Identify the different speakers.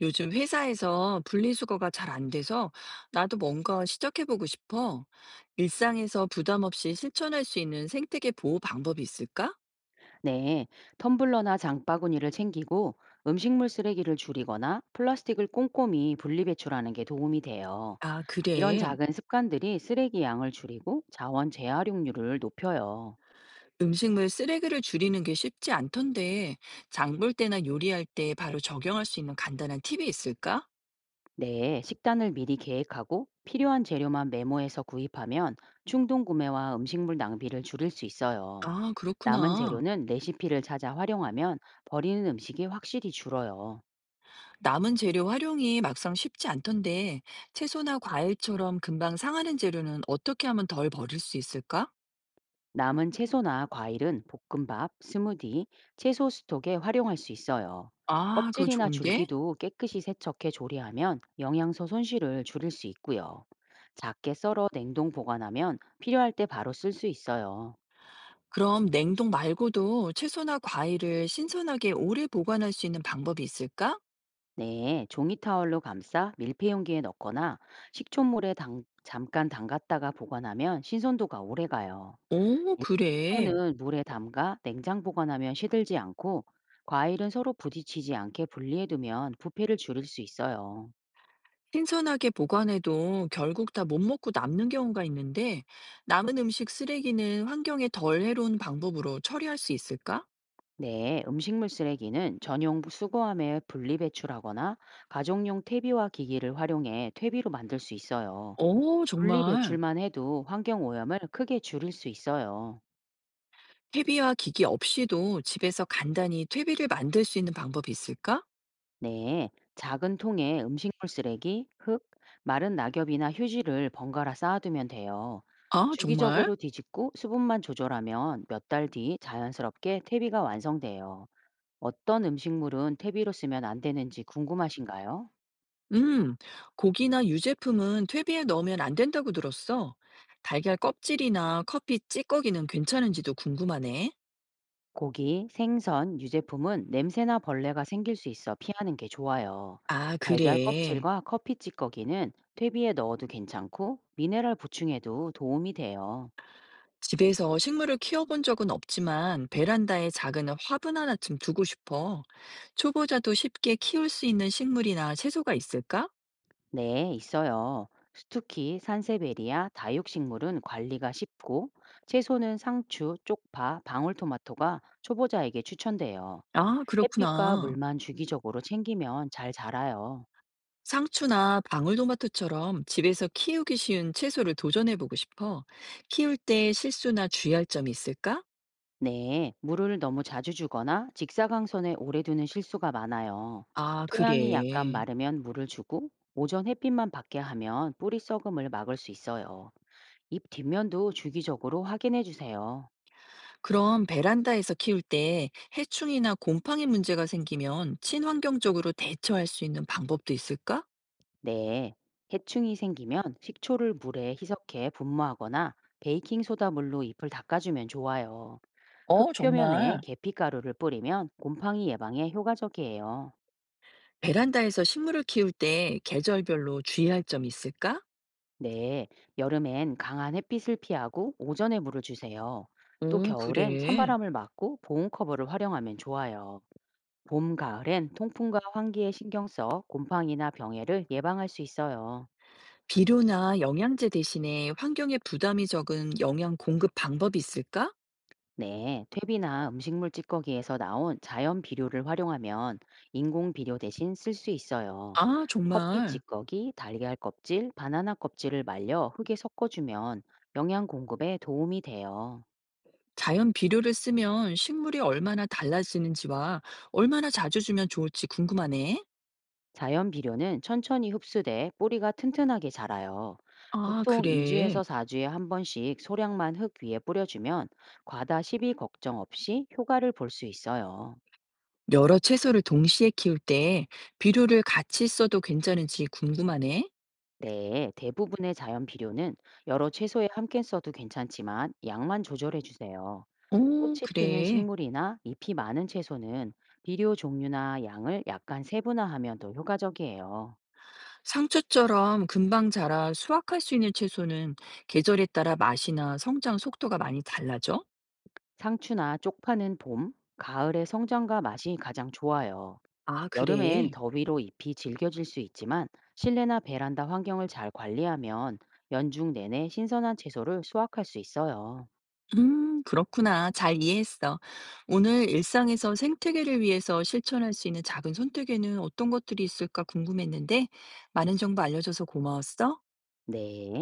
Speaker 1: 요즘 회사에서 분리수거가 잘 안 돼서 나도 뭔가 시작해보고 싶어. 일상에서 부담 없이 실천할 수 있는 생태계 보호 방법이 있을까?
Speaker 2: 네, 텀블러나 장바구니를 챙기고 음식물 쓰레기를 줄이거나 플라스틱을 꼼꼼히 분리배출하는 게 도움이 돼요.
Speaker 1: 아,
Speaker 2: 이런
Speaker 1: 그래.
Speaker 2: 작은 습관들이 쓰레기 양을 줄이고 자원 재활용률을 높여요.
Speaker 1: 음식물 쓰레기를 줄이는 게 쉽지 않던데, 장볼 때나 요리할 때 바로 적용할 수 있는 간단한 팁이 있을까?
Speaker 2: 네, 식단을 미리 계획하고 필요한 재료만 메모해서 구입하면 충동 구매와 음식물 낭비를 줄일 수 있어요.
Speaker 1: 아,
Speaker 2: 남은
Speaker 1: 그렇구나.
Speaker 2: 재료는 레시피를 찾아 활용하면 버리는 음식이 확실히 줄어요.
Speaker 1: 남은 재료 활용이 막상 쉽지 않던데, 채소나 과일처럼 금방 상하는 재료는 어떻게 하면 덜 버릴 수 있을까?
Speaker 2: 남은 채소나 과일은 볶음밥, 스무디, 채소 스톡에 활용할 수 있어요.
Speaker 1: 아, 그거
Speaker 2: 껍질이나
Speaker 1: 좋은데?
Speaker 2: 줄기도 깨끗이 세척해 조리하면 영양소 손실을 줄일 수 있고요. 작게 썰어 냉동 보관하면 필요할 때 바로 쓸 수 있어요.
Speaker 1: 그럼 냉동 말고도 채소나 과일을 신선하게 오래 보관할 수 있는 방법이 있을까?
Speaker 2: 네, 종이 타월로 감싸 밀폐용기에 넣거나 식초물에 잠깐 담갔다가 보관하면 신선도가 오래 가요.
Speaker 1: 오,
Speaker 2: 일부
Speaker 1: 그래.
Speaker 2: 채소는 물에 담가 냉장 보관하면 시들지 않고 과일은 서로 부딪히지 않게 분리해두면 부패를 줄일 수 있어요.
Speaker 1: 신선하게 보관해도 결국 다 못 먹고 남는 경우가 있는데 남은 음식 쓰레기는 환경에 덜 해로운 방법으로 처리할 수 있을까?
Speaker 2: 네, 음식물 쓰레기는 전용 수거함에 분리배출하거나 가정용 퇴비와 기기를 활용해 퇴비로 만들 수 있어요.
Speaker 1: 오, 정말.
Speaker 2: 분리배출만 해도 환경오염을 크게 줄일 수 있어요.
Speaker 1: 퇴비와 기기 없이도 집에서 간단히 퇴비를 만들 수 있는 방법이 있을까?
Speaker 2: 네, 작은 통에 음식물 쓰레기, 흙, 마른 낙엽이나 휴지를 번갈아 쌓아두면 돼요.
Speaker 1: 아, 정말?
Speaker 2: 주기적으로 뒤집고 수분만 조절하면 몇 달 뒤 자연스럽게 퇴비가 완성돼요. 어떤 음식물은 퇴비로 쓰면 안 되는지 궁금하신가요?
Speaker 1: 음, 고기나 유제품은 퇴비에 넣으면 안 된다고 들었어. 달걀 껍질이나 커피 찌꺼기는 괜찮은지도 궁금하네.
Speaker 2: 고기, 생선, 유제품은 냄새나 벌레가 생길 수 있어 피하는 게 좋아요.
Speaker 1: 아,
Speaker 2: 달걀
Speaker 1: 그래.
Speaker 2: 껍질과 커피 찌꺼기는 퇴비에 넣어도 괜찮고 미네랄 보충에도 도움이 돼요.
Speaker 1: 집에서 식물을 키워본 적은 없지만 베란다에 작은 화분 하나쯤 두고 싶어. 초보자도 쉽게 키울 수 있는 식물이나 채소가 있을까?
Speaker 2: 네, 있어요. 스투키, 산세베리아, 다육식물은 관리가 쉽고 채소는 상추, 쪽파, 방울토마토가 초보자에게 추천돼요.
Speaker 1: 아,
Speaker 2: 햇빛과
Speaker 1: 그렇구나.
Speaker 2: 물만 주기적으로 챙기면 잘 자라요.
Speaker 1: 상추나 방울토마토처럼 집에서 키우기 쉬운 채소를 도전해보고 싶어. 키울 때 실수나 주의할 점이 있을까?
Speaker 2: 네, 물을 너무 자주 주거나 직사광선에 오래 두는 실수가 많아요.
Speaker 1: 아,
Speaker 2: 토양이 약간
Speaker 1: 그래.
Speaker 2: 마르면 물을 주고 오전 햇빛만 받게 하면 뿌리 썩음을 막을 수 있어요. 잎 뒷면도 주기적으로 확인해 주세요.
Speaker 1: 그럼 베란다에서 키울 때 해충이나 곰팡이 문제가 생기면 친환경적으로 대처할 수 있는 방법도 있을까?
Speaker 2: 네, 해충이 생기면 식초를 물에 희석해 분무하거나 베이킹소다물로 잎을 닦아주면 좋아요.
Speaker 1: 어,
Speaker 2: 흙 표면에
Speaker 1: 정말.
Speaker 2: 계피가루를 뿌리면 곰팡이 예방에 효과적이에요.
Speaker 1: 베란다에서 식물을 키울 때 계절별로 주의할 점이 있을까?
Speaker 2: 네, 여름엔 강한 햇빛을 피하고 오전에 물을 주세요. 또
Speaker 1: 응
Speaker 2: 겨울엔
Speaker 1: 그래.
Speaker 2: 찬바람을 막고 보온 커버를 활용하면 좋아요. 봄, 가을엔 통풍과 환기에 신경 써 곰팡이나 병해를 예방할 수 있어요.
Speaker 1: 비료나 영양제 대신에 환경에 부담이 적은 영양 공급 방법이 있을까?
Speaker 2: 네, 퇴비나 음식물 찌꺼기에서 나온 자연 비료를 활용하면 인공 비료 대신 쓸 수 있어요.
Speaker 1: 아,
Speaker 2: 커피
Speaker 1: 정말.
Speaker 2: 찌꺼기, 달걀 껍질, 바나나 껍질을 말려 흙에 섞어주면 영양 공급에 도움이 돼요.
Speaker 1: 자연 비료를 쓰면 식물이 얼마나 달라지는지와 얼마나 자주 주면 좋을지 궁금하네.
Speaker 2: 자연 비료는 천천히 흡수돼 뿌리가 튼튼하게 자라요.
Speaker 1: 아,
Speaker 2: 보통
Speaker 1: 그래.
Speaker 2: 2주에서 4주에 한 번씩 소량만 흙 위에 뿌려주면 과다 시비 걱정 없이 효과를 볼 수 있어요.
Speaker 1: 여러 채소를 동시에 키울 때 비료를 같이 써도 괜찮은지 궁금하네.
Speaker 2: 네, 대부분의 자연 비료는 여러 채소에 함께 써도 괜찮지만 양만 조절해 주세요.
Speaker 1: 오
Speaker 2: 꽃이 피는
Speaker 1: 그래.
Speaker 2: 식물이나 잎이 많은 채소는 비료 종류나 양을 약간 세분화하면 더 효과적이에요.
Speaker 1: 상추처럼 금방 자라 수확할 수 있는 채소는 계절에 따라 맛이나 성장 속도가 많이 달라져?
Speaker 2: 상추나 쪽파는 봄, 가을에 성장과 맛이 가장 좋아요.
Speaker 1: 아,
Speaker 2: 여름엔
Speaker 1: 그래.
Speaker 2: 더위로 잎이 질겨질 수 있지만 실내나 베란다 환경을 잘 관리하면 연중 내내 신선한 채소를 수확할 수 있어요.
Speaker 1: 그렇구나. 잘 이해했어. 오늘 일상에서 생태계를 위해서 실천할 수 있는 작은 선택에는 어떤 것들이 있을까 궁금했는데, 많은 정보 알려줘서 고마웠어.
Speaker 2: 네.